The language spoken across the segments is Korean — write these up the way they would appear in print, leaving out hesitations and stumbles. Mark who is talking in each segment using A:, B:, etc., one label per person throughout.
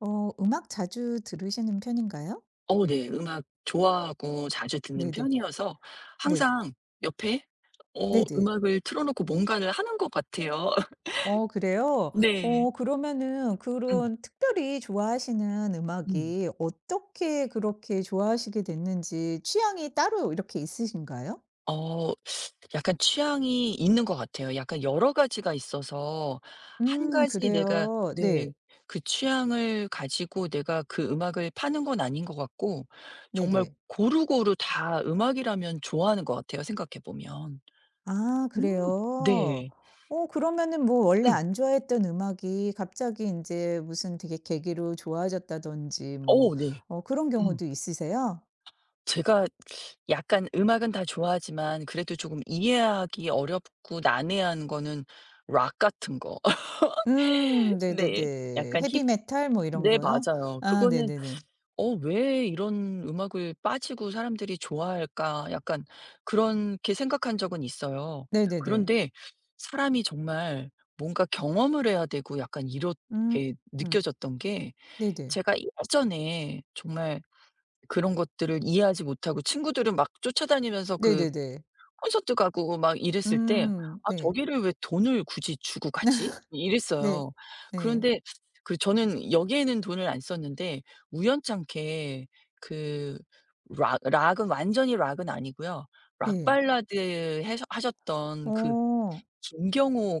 A: 어 음악 자주 들으시는 편인가요?
B: 네. 음악 좋아하고 자주 듣는
A: 네네.
B: 편이어서
A: 네.
B: 항상 옆에
A: 네네.
B: 음악을 틀어 놓고 뭔가를 하는 것 같아요.
A: 어 그래요?
B: 네.
A: 어 그러면은
B: 음.
A: 그런 특별히 좋아하시는
B: 음.
A: 음악이 어떻게 그렇게 좋아하시게 됐는지 취향이 따로 이렇게 있으신가요?
B: 어. 약간 취향이 있는 것 같아요. 약간 여러 가지가 있어서 한 가지 내가
A: 그래요. 네.
B: 네. 그 취향을 가지고 내가 그 음악을 파는 건 아닌 것 같고 정말
A: 네네.
B: 고루고루 다 음악이라면 좋아하는 것 같아요, 생각해 보면.
A: 아
B: 음.
A: 그래요?
B: 네.
A: 어 그러면은 뭐 원래
B: 음.
A: 안 좋아했던 음악이 갑자기 이제 무슨 되게 계기로 좋아졌다든지 뭐
B: 오, 네.
A: 어 그런
B: 음.
A: 경우도 있으세요?
B: 제가 약간 음악은 다 좋아하지만 그래도 조금 이해하기 어렵고 난해한 거는 락 같은 거. 네.
A: 네네네.
B: 약간 힙
A: 헤비 메탈 뭐 이런
B: 네
A: 거요?
B: 맞아요.
A: 아
B: 그거는
A: 네네네.
B: '어 왜 이런 음악을 빠지고 사람들이 좋아할까?' 약간 그렇게 생각한 적은 있어요.
A: 네네네.
B: 그런데 사람이 정말 뭔가 경험을 해야 되고 약간
A: 음.
B: 이렇게
A: 음.
B: 느껴졌던 게
A: 네네.
B: 제가 예전에 정말 그런 것들을 이해하지 못하고 친구들은 막 쫓아다니면서 그
A: 네네네.
B: 콘서트 가고 막 이랬을 때 '아
A: 네.
B: 저기를 왜 돈을 굳이 주고 가지?'
A: 네.
B: 이랬어요.
A: 네.
B: 그런데 그 저는 여기에는 돈을 안 썼는데 우연찮게 그 락 락은 완전히 락은 아니고요. 락
A: 네.
B: 발라드 해서 하셨던 그
A: 어.
B: 김경호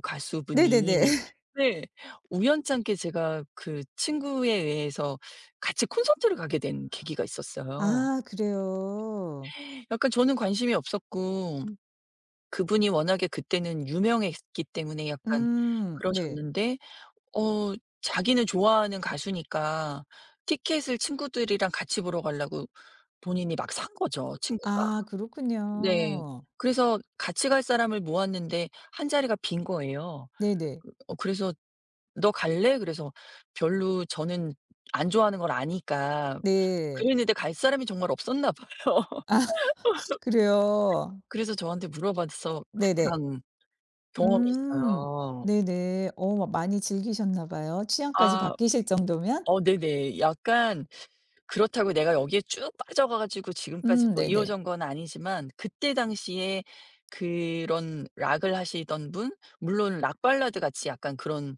A: 네네네.
B: 가수분이 네. 우연찮게 제가 그 친구에 의해서 같이 콘서트를 가게 된 계기가 있었어요.
A: 아 그래요.
B: 약간 저는 관심이 없었고 그분이 워낙에 그때는 유명했기 때문에 약간
A: 네.
B: 그러셨는데 어 자기는 좋아하는 가수니까 티켓을 친구들이랑 같이 보러 가려고 본인이 막 산 거죠, 친구가.
A: 아
B: 네.
A: 그렇군요.
B: 그래서 같이 갈 사람을 모았는데 한 자리가 빈 거예요.
A: 네네.
B: 그 그래서 "너 갈래?" 그래서 별로 저는 안 좋아하는 걸 아니까
A: 네.
B: 그랬는데 갈 사람이 정말 없었나 봐요.
A: 그래요.
B: 그래서 저한테 물어봐서 같이
A: 네네.
B: 간 경험이
A: 음.
B: 있어요.
A: 네네. 어 많이 즐기셨나 봐요, 취향까지
B: 아.
A: 바뀌실 정도면.
B: 네네. 약간 그렇다고 내가 여기에 쭉 빠져가 가지고 지금까지 뭐
A: 네네.
B: 이어진 건 아니지만 그때 당시에 그런 락을 하시던 분 물론 락 발라드 같이 약간 그런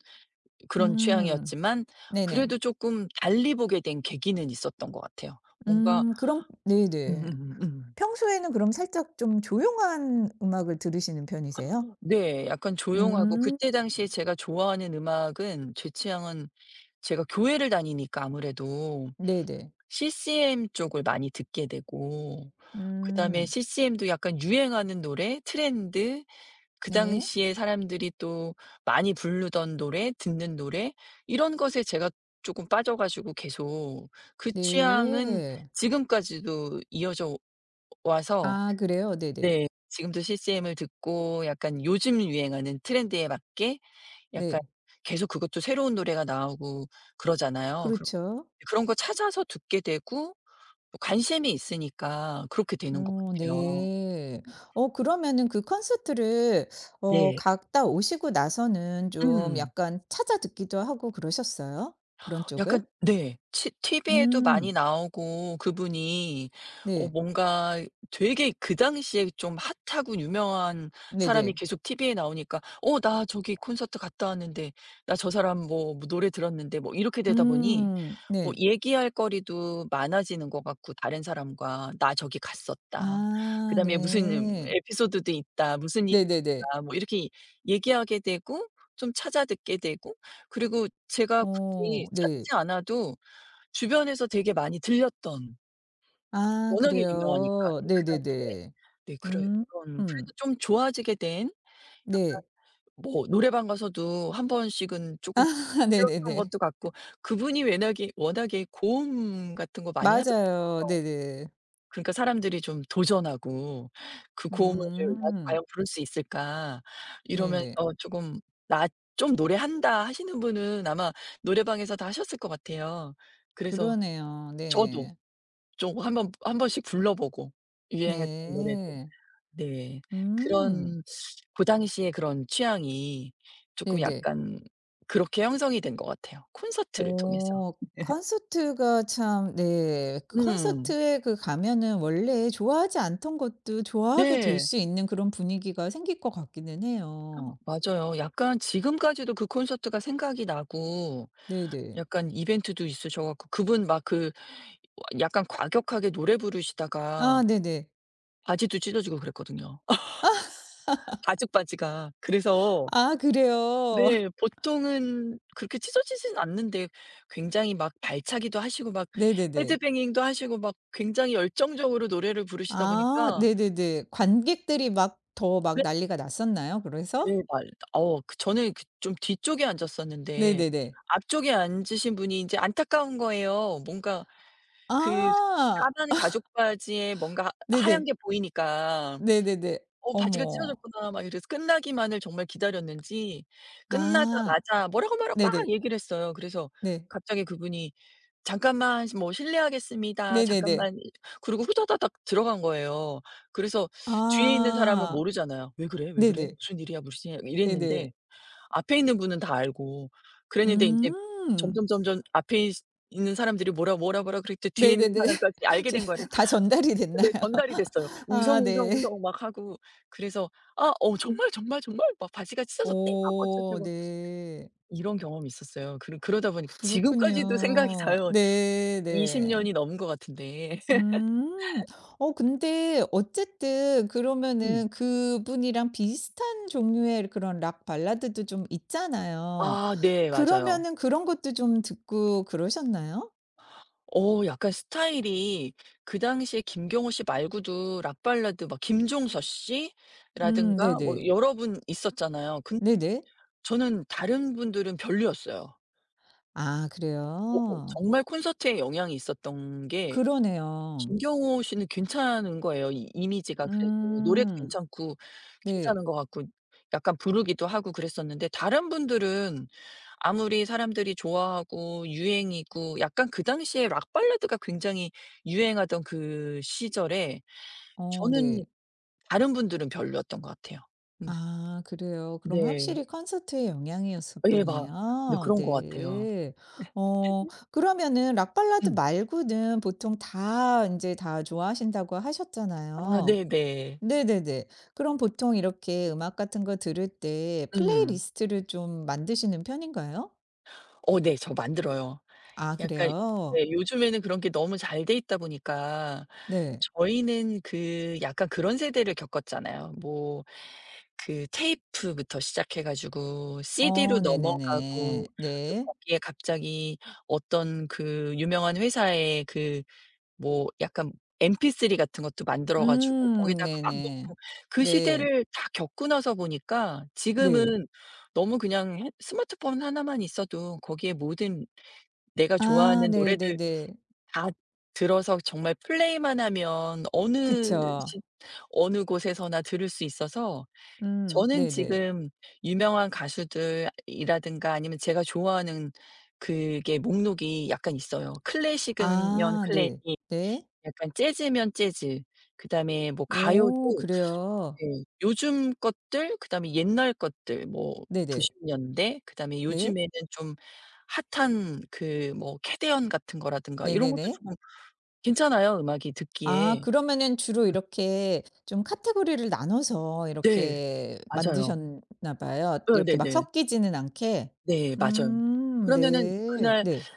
A: 음.
B: 취향이었지만
A: 네네.
B: 그래도 쪼끔 달리 보게 된 계기는 있었던 것 같아요. 뭔가
A: 그럼 네네.
B: 음.
A: 평소에는 그럼 살짝 좀 조용한 음악을 들으시는 편이세요?
B: 네. 약간 조용하고
A: 음.
B: 그때 당시에 제가 좋아하는 음악은 제 취향은 제가 교회를 다니니까 아무래도
A: 네네.
B: CCM 쪽을 많이 듣게 되고 그다음에
A: 음.
B: CCM도 약간 유행하는 노래, 트렌드, 그
A: 네.
B: 당시에 사람들이 또 많이 부르던 노래, 듣는 노래 이런 것에 제가 조금 빠져 가지고 계속 그 취향은
A: 네.
B: 지금까지도 이어져 와서
A: 아 그래요? 네네.
B: 네 지금도 CCM을 듣고 약간 요즘 유행하는 트렌드에 맞게 약간
A: 네.
B: 계속 그것도 새로운 노래가 나오고 그러잖아요. 그
A: 그렇죠.
B: 그런 거 찾아서 듣게 되고 또 관심이 있으니까 그렇게 되는 것
A: 어
B: 같아요.
A: 네. 어 그러면은 그 콘서트를 어
B: 네.
A: 갔다 오시고 나서는 좀
B: 음.
A: 약간 찾아 듣기도 하고 그러셨어요? 그런 쪽을?
B: 약간 네. 치 TV에도 많이
A: 음.
B: 나오고 그분이
A: 네.
B: 뭔가 되게 그 당시에 좀 핫하고 유명한 사람이
A: 네네.
B: 계속 TV에 나오니까 '어 나 저기 콘서트 갔다 왔는데 나 저 사람 뭐 뭐 노래 들었는데.' 뭐 이렇게 되다 보니
A: 음.
B: 뭐
A: 네.
B: 얘기할 거리도 많아지는 것 같고 다른 사람과 "나 저기 갔었다."
A: 아
B: 그다음에 "무슨
A: 네.
B: 에피소드도 있다." "무슨 일이
A: 네 네네.
B: 있다." 뭐 이렇게 얘기하게 되고 좀 찾아 듣게 되고 그리고 제가 굳이
A: 어 네.
B: 찾지 않아도 주변에서 되게 많이 들렸던
A: 아
B: 워낙에 유명하니까
A: 그래요?
B: 네 그 당시에.
A: 네네네.
B: 네 그런
A: 음.
B: 그런 그래서
A: 음.
B: 좀 좋아지게 된
A: 네.
B: 뭐 노래방 가서도 한 번씩은 조금
A: 네 네
B: 불렀던
A: 네.
B: 것도 같고 그분이 워낙에 고음 같은 거 많이 하잖아요.
A: 맞아요. 네네.
B: 그러니까 사람들이 좀 도전하고 '그 고음을 나도 과연
A: 음.
B: 부를 수 있을까?' 이러면서
A: 네네.
B: 조금 "나 좀 노래한다." 하시는 분은 아마 노래방에서 다 하셨을 것 같아요. 그래서
A: 그러네요.
B: 저도
A: 네.
B: 좀 한번 한 번씩 불러보고 유행했던 노래들.
A: 네.
B: 네.
A: 음.
B: 그런 고 당시에 그런 취향이 쪼끔
A: 네네.
B: 약간 그렇게 형성이 된 것 같아요, 콘서트를 통해서.
A: 오 콘서트가 참 네
B: 음.
A: 콘서트에 그 가면은 원래 좋아하지 않던 것도 좋아하게 될
B: 네.
A: 수 있는 그런 분위기가 생길 것 같기는 해요.
B: 맞아요. 약간 지금까지도 그 콘서트가 생각이 나고
A: 네네.
B: 약간 이벤트도 있으셔 갖고 그분 막 그 약간 과격하게 노래 부르시다가
A: 아 네네.
B: 바지도 찢어지고 그랬거든요, 가죽 바지가. 그래서
A: 아 그래요?
B: 네. 보통은 그렇게 찢어지진 않는데 굉장히 막 발차기도 하시고 막
A: 네네네.
B: 헤드뱅잉도 하시고 막 굉장히 열정적으로 노래를 부르시다
A: 아
B: 보니까
A: 네네네. 관객들이 막 더 막 난리가 났었나요, 그래서?
B: 네네. 말 그 저는 그 좀 뒤쪽에 앉았었는데
A: 네네네.
B: 앞쪽에 앉으신 분이 이제 안타까운 거예요. 뭔가 그
A: 아
B: 까만 가죽 바지에 뭔가 하 하얀
A: 네네.
B: 게 보이니까
A: 네네네.
B: '어 바지가
A: 어머.
B: 찢어졌구나.' 막 이래서 끝나기만을 정말 기다렸는지
A: 아
B: 끝나자마자 뭐라고, 뭐라고 막
A: 네네.
B: 얘기를 했어요. 그래서
A: 네.
B: 갑자기 그분이 잠깐만 뭐 "실례하겠습니다.
A: 네네네.
B: 잠깐만." 그러고 후다다닥 들어간 거예요. 그래서 뒤에 있는 사람은
A: 아
B: 모르잖아요. "왜 그래? 왜 그래?
A: 네네.
B: 무슨 일이야? 무슨 일이야?"
A: 네네.
B: 이랬는데 앞에 있는 분은 다 알고 그랬는데 인제
A: 음.
B: 점점점점 앞에 있 있는 사람들이 "뭐라, 뭐라, 뭐라." 그랬더니 뒤에 있는
A: 네네네.
B: 사람까지 알게
A: 제
B: 된 거예요.
A: 다 전달이 됐나요?
B: 근데 전달이 됐어요.
A: 아 네.
B: 웅성웅성웅성 막 하고 그래서 "아 정말, 정말, 정말 막 바지가 찢어졌대." 막
A: 오
B: 어쩌고저쩌고
A: 네.
B: 이런 경험이 있었어요. 그러다 보니까 지금까지도 생각이
A: 그렇군요.
B: 나요.
A: 네 네.
B: 20년이 넘은 것 같은데.
A: 음. 어 근데 어쨌든
B: 음.
A: 그러면은 그분이랑 비슷한 종류의 그런 락 발라드도 좀 있잖아요.
B: 아 네 맞아요.
A: 그러면은 그런 것도 좀 듣고 그러셨나요?
B: 어 약간 스타일이 그 당시에 김경호 씨 말고도 락 발라드 막 김종서 씨라든가 뭐
A: 네네.
B: 여러 분 있었잖아요. 근
A: 네네.
B: 저는 다른 분들은 별로였어요.
A: 아
B: 어
A: 그래요?
B: 정말 콘서트에 영향이 있었던 게
A: 그러네요.
B: 김경호 씨는 괜찮은 거예요. 이 이미지가 그래도 노래도
A: 음.
B: 괜찮고
A: 네.
B: 괜찮은 것 같고 약간 부르기도 하고 그랬었는데 다른 분들은 아무리 사람들이 좋아하고 유행이고 약간 그 당시에 락 발라드가 굉장히 유행하던 그 시절에
A: 어
B: 저는
A: 네.
B: 다른 분들은 별로였던 것 같아요. 음
A: 아 그래요. 그럼
B: 네.
A: 확실히 콘서트의
B: 예 막 네
A: 영향이었었겠네요.
B: 그런 것 같아요.
A: 네. 어 그러면은 락 발라드
B: 음.
A: 말고는 보통 다 이제 다 좋아하신다고
B: 아
A: 하셨잖아요.
B: 네네.
A: 네네네. 그럼 보통 이렇게 음악 같은 거 들을 때
B: 음.
A: 플레이리스트를 좀 만드시는 편인가요?
B: 어 네. 저 만들어요.
A: 아
B: 약간
A: 그래요?
B: 예 요즘에는 그런 게 너무 잘 돼 있다 보니까
A: 네.
B: 저희는 그 약간 그런 세대를 겪었잖아요. 뭐 그 테이프부터 시작해 가지고 CD로
A: 어
B: 넘어가고
A: 네네네.
B: 또
A: 네.
B: 거기에 갑자기 어떤 그 유명한 회사의 그 뭐 약간 MP3 같은 것도 만들어 가지고 거기다가 막
A: 네네.
B: 넣고 그
A: 네.
B: 시대를 다 겪고 나서 보니까
A: 네.
B: 지금은 너무 그냥 핸 스마트폰 하나만 있어도 거기에 모든 내가
A: 아
B: 좋아하는 노래들
A: 네네네.
B: 다 들어서 정말 플레이만 하면 어느
A: 그쵸.
B: 시 어느 곳에서나 들을 수 있어서 저는
A: 네네.
B: 지금 유명한 가수들 이라든가 아니면 제가 좋아하는 그게 목록이 약간 있어요. 클래식이면
A: 아
B: 클래식
A: 네. 네.
B: 약간 재즈면 재즈 그다음에 뭐 가요도
A: 오 그래요.
B: 네. 요즘 것들 그다음에 옛날 것들 뭐
A: 네네.
B: 90년대 년대 그다음에
A: 네.
B: 요즘에는 좀 핫한 그 뭐 캐대언 같은 거라든가 이런 것도
A: 네네네.
B: 조금 괜찮아요 음악이
A: 아
B: 듣기에.
A: 그러면은 주로 이렇게 좀 카테고리를 나눠서
B: 네.
A: 이렇게
B: 맞아요.
A: 만드셨나 봐요.
B: 예
A: 이렇게 막
B: 네네.
A: 섞이지는 않게.
B: 네 맞아요. 그러면은
A: 네.
B: 그날
A: 네.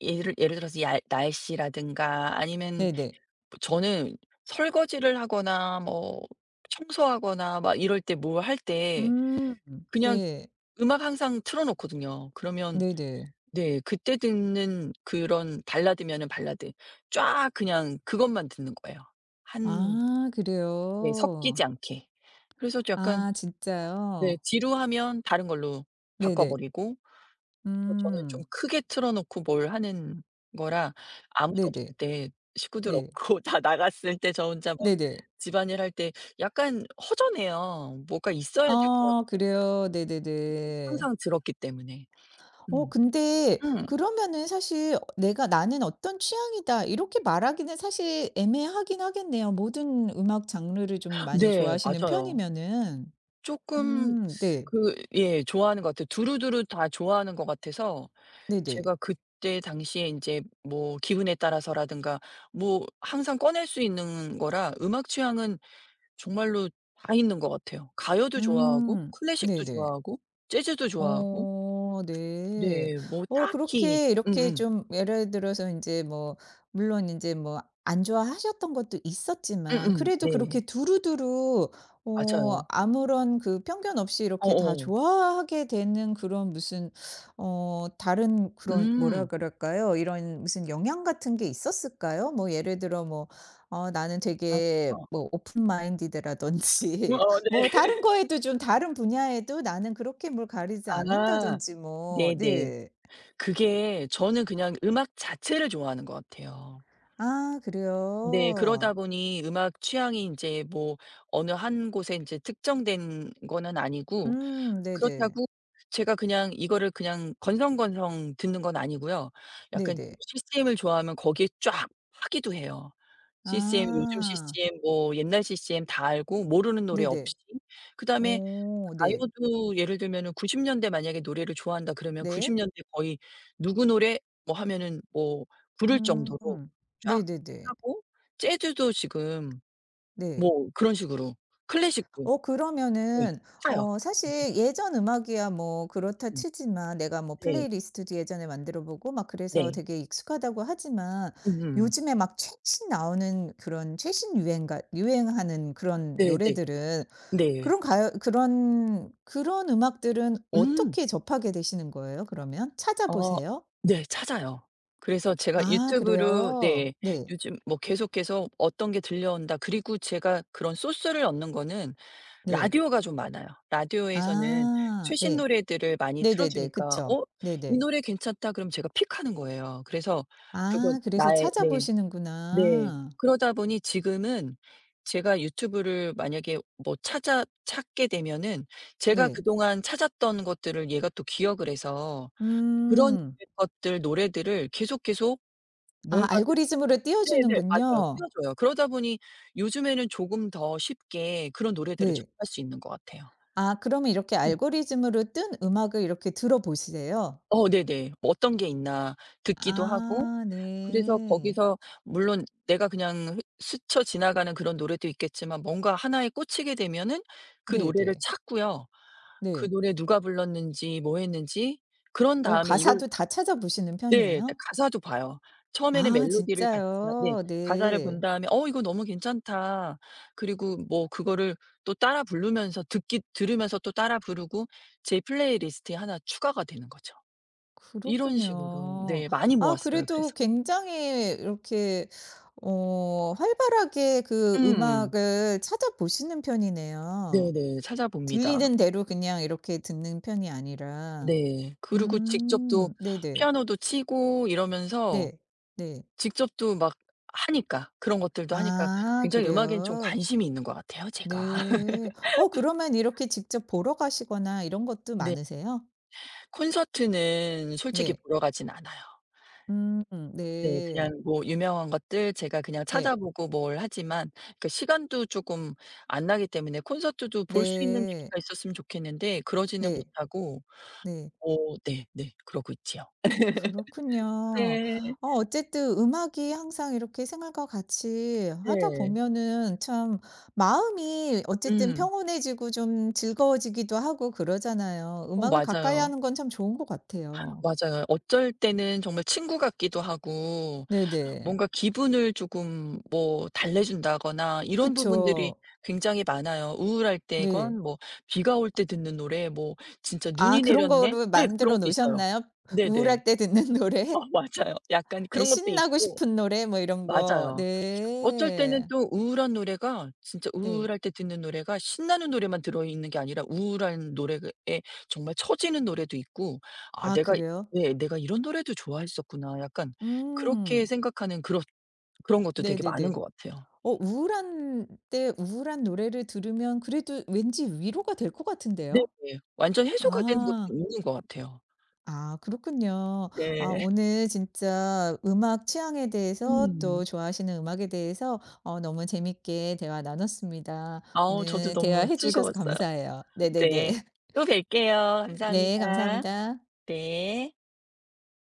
B: 예를 들어서 야 날씨라든가 아니면
A: 네네.
B: 뭐 저는 설거지를 하거나 뭐 청소하거나 막 이럴 때 뭘 할 때
A: 음
B: 그냥
A: 네.
B: 음악 항상 틀어 놓거든요. 그러면
A: 네네.
B: 네. 그때 듣는 그런 발라드면은 발라드 쫙 그냥 그것만 듣는 거예요. 한
A: 아
B: 네 섞이지
A: 그래요.
B: 않게. 그래서 약간
A: 아
B: 네
A: 진짜요?
B: 지루하면 다른 걸로 바꿔
A: 네네.
B: 버리고 또 저는 좀
A: 음
B: 크게 틀어 놓고 뭘 하는 거라 아무도 없을
A: 네네.
B: 때 식구들
A: 네.
B: 없고 다 나갔을 때 저 혼자 막
A: 네네.
B: 집안일 할 때 약간 허전해요. 뭐가 있어야 될거
A: 아
B: 고
A: 그래요. 네네네.
B: 항상 들었기 때문에.
A: 어
B: 음.
A: 근데
B: 음.
A: 그러면은 사실 어 내가 '나는 어떤 취향이다.' 이렇게 말하기는 사실 애매하긴 하겠네요. 모든 음악 장르를 좀 많이
B: 네.
A: 좋아하시는
B: 맞아요.
A: 편이면은.
B: 쪼끔
A: 네.
B: 그 예 좋아하는 것 같아요. 두루두루 다 좋아하는 것 같아서
A: 네네.
B: 제가 그때 당시에 인제 뭐 기분에 따라서라든가 뭐 항상 꺼낼 수 있는 거라 음악 취향은 정말로 다 있는 것 같아요. 가요도 좋아하고
A: 음.
B: 클래식도
A: 네네.
B: 좋아하고 재즈도 좋아하고
A: 어 네.
B: 네 뭐
A: 어
B: 딱히
A: 그렇게 이렇게
B: 음음.
A: 좀 예를 들어서 이제 뭐 물론 이제 뭐 안 좋아하셨던 것도 있었지만
B: 음음.
A: 그래도
B: 네.
A: 그렇게 두루두루 어
B: 맞아요.
A: 아무런 그 편견 없이 이렇게 다
B: 어어.
A: 좋아하게 되는 그런 무슨 어 다른 그런 뭐라
B: 음.
A: 그럴까요? 이런 무슨 영향 같은 게 있었을까요? 뭐 예를 들어 뭐 어 나는
B: 아.
A: 되게 뭐 오픈 마인디드라든지
B: 어
A: 뭐
B: 네.
A: 다른 거에도 좀 다른 분야에도 나는 그렇게 뭘 가리지
B: 아
A: 않는다든지 뭐
B: 네네.
A: 네.
B: 그게 저는 그냥 음악 자체를 좋아하는 것 같아요.
A: 아
B: 네. 그러다
A: 그래요?
B: 보니 음악 취향이 인제 뭐 어느 한 곳에 인제 특정된 거는 아니고
A: 네네.
B: 그렇다고 제가 그냥 이거를 그냥 건성건성 듣는 건 아니고요. 약간
A: 네네.
B: CCM을 좋아하면 거기에 쫙 파기도 해요. CCM 요즘
A: 아
B: CCM 뭐 옛날 CCM 다 알고 모르는 노래
A: 네네.
B: 없이. 그다음에
A: 오 네.
B: 가요도 예를 들면은 90년대 년대 만약에 노래를 좋아한다 그러면 90년대
A: 네.
B: 년대 거의 누구 노래 뭐 하면은 뭐 부를
A: 음.
B: 정도로 쫙
A: 네네네.
B: 하고 재즈도 지금
A: 네.
B: 뭐 그런 식으로 클래식도
A: 어
B: 네
A: 그러면은
B: 차요.
A: 어 사실 예전 음악이야 뭐 그렇다
B: 음
A: 치지만 내가 뭐
B: 네.
A: 플레이리스트도 예전에 만들어 보고 막 그래서
B: 네.
A: 되게 익숙하다고 하지만
B: 음음.
A: 요즘에 막 최신 나오는 그런 최신 유행가 유행하는 그런
B: 네네. 네.
A: 노래들은
B: 네.
A: 그런 가요 그런 그런 음악들은
B: 음.
A: 어떻게 접하게 되시는 거예요, 그러면?
B: 어
A: 찾아보세요?
B: 네 찾아요. 그래서 제가
A: 아
B: 유튜브로
A: 그래요?
B: 네
A: 네.
B: 요즘 뭐 계속해서 어떤 게 들려온다. 그리고 제가 그런 소스를 얻는 거는
A: 네.
B: 라디오가 좀 많아요. 라디오에서는
A: 아
B: 최신
A: 네.
B: 노래들을 많이 틀어
A: 네네네.
B: 주니까
A: 그쵸.
B: "어 이
A: 네네.
B: 노래 괜찮다." 그럼 제가 픽하는 거예요. 그래서 그거
A: 아 그래서
B: 나의 네. 네.
A: 찾아보시는구나.
B: 그러다 보니 지금은 제가 유튜브를 만약에 뭐 찾아 찾게 되면은 제가
A: 네.
B: 그동안 찾았던 것들을 얘가 또 기억을 해서 그런
A: 음.
B: 것들 노래들을 계속, 계속
A: 아
B: 뭔가를
A: 알고리즘으로 띄워
B: 네네. 맞아요.
A: 주는군요.
B: 띄워 줘요. 그러다 보니 요즘에는 조금 더 쉽게 그런 노래들을
A: 네.
B: 접할 수 있는 것 같아요.
A: 아 그러면 이렇게 알고리즘으로 뜬 음악을 이렇게 들어보세요?
B: 네네. 뭐 어떤 게 있나 듣기도 하고
A: 아
B: 그래서
A: 네.
B: 거기서 물론 내가 그냥 스쳐 지나가는 그런 노래도 있겠지만 뭔가 하나에 꽂히게 되면은 그 노래를
A: 네네.
B: 찾고요. 그
A: 네.
B: 노래 누가 불렀는지 뭐 했는지 그런
A: 어
B: 다음에 이걸
A: 가사도 다 찾아보시는
B: 네 네,
A: 편이에요?
B: 가사도 봐요. 처음에는
A: 아
B: 멜로디를 봤지만 네
A: 진짜요?
B: 가사를 본
A: 네.
B: 다음에 '어 이거 너무 괜찮다.' 그리고 뭐 그거를 또 따라 부르면서 듣기 들으면서 또 따라 부르고 제 플레이리스트에 하나 추가가 되는 거죠. 이런 식으로
A: 그렇군요.
B: 네 많이
A: 아
B: 모았어요
A: 그래도
B: 그래서.
A: 굉장히 이렇게 어 활발하게 그
B: 음.
A: 음악을 찾아보시는 편이네요.
B: 네네. 찾아봅니다.
A: 들리는 대로 그냥 이렇게 듣는 편이 아니라.
B: 네. 그리고 직접 또
A: 네네.
B: 피아노도 치고 이러면서
A: 네. 네.
B: 직접 또 막 하니까 그런 것들도 하니까
A: 아
B: 굉장히 음악엔 좀
A: 그래요?
B: 관심이 있는 것 같아요 제가.
A: 네. 어 그러면 이렇게 직접 보러 가시거나 이런 것도
B: 네.
A: 많으세요?
B: 콘서트는 솔직히
A: 네.
B: 보러 가진 않아요.
A: 음
B: 네.
A: 네.
B: 그냥 뭐 유명한 것들 제가 그냥
A: 네.
B: 찾아보고 뭘 하지만 그 시간도 쪼끔 안 나기 때문에 콘서트도 볼 수 있는 기기
A: 네.
B: 가 있었으면 좋겠는데 그러지는
A: 네.
B: 못하고
A: 네.
B: 네 네. 그러고 있지요.
A: 그렇군요.
B: 네.
A: 어 어쨌든 음악이 항상 이렇게 생활과 같이 하다
B: 네.
A: 보면은 참 마음이 어쨌든
B: 음.
A: 평온해지고 좀 즐거워지기도 하고 그러잖아요.
B: 어
A: 음악을 가까이
B: 맞아요.
A: 하는 건 참 좋은 것 같아요.
B: 맞아요. 어쩔 때는 정말 친구 같기도 하고
A: 네네.
B: 뭔가 기분을 조금 뭐 달래준다거나 이런 부분들이
A: 그쵸.
B: 굉장히 많아요. 우울할
A: 네.
B: 때건 뭐 비가 올 때 듣는 노래 뭐 진짜
A: 아
B: '눈이
A: 그런
B: 내렸네.'
A: 거로
B: 네 그런
A: 만들어
B: 것도 있어요.
A: 놓으셨나요?
B: 네네.
A: 우울할 때 듣는
B: 어
A: 노래?
B: 맞아요. 약간
A: 네,
B: 그런 것도
A: 신나고
B: 있고
A: 싶은 노래 뭐 이런 거.
B: 맞아요. 어쩔 때는
A: 네.
B: 또 우울한 노래가 진짜
A: 네.
B: 우울할 때 듣는 노래가 신나는 노래만 들어 있는 게 아니라 우울한 노래에 정말 처지는 노래도 있고 '아
A: 아
B: 내가
A: 그래요?
B: 네 내가 이런 노래도 좋아했었구나.' 약간 그렇게
A: 음.
B: 생각하는 그런 그런 것도 되게 많은
A: 네네네.
B: 것 같아요.
A: 어 우울한 때 우울한 노래를 들으면 그래도 왠지 위로가 될 것 같은데요.
B: 네네. 완전 해소가 되는 것도
A: 아.
B: 있는 것 같아요.
A: 아 그렇군요. 아
B: 네.
A: 오늘 진짜 음악 취향에 대해서
B: 음.
A: 또 좋아하시는 음악에 대해서 어 너무 재밌게 대화 나눴습니다.
B: 아우 저도
A: 오늘
B: 너무
A: 대화해 주셔서
B: 즐거웠어요.
A: 감사해요. 네네네.
B: 네. 또 뵐게요.
A: 네
B: 감사합니다.
A: 감사합니다.
B: 네.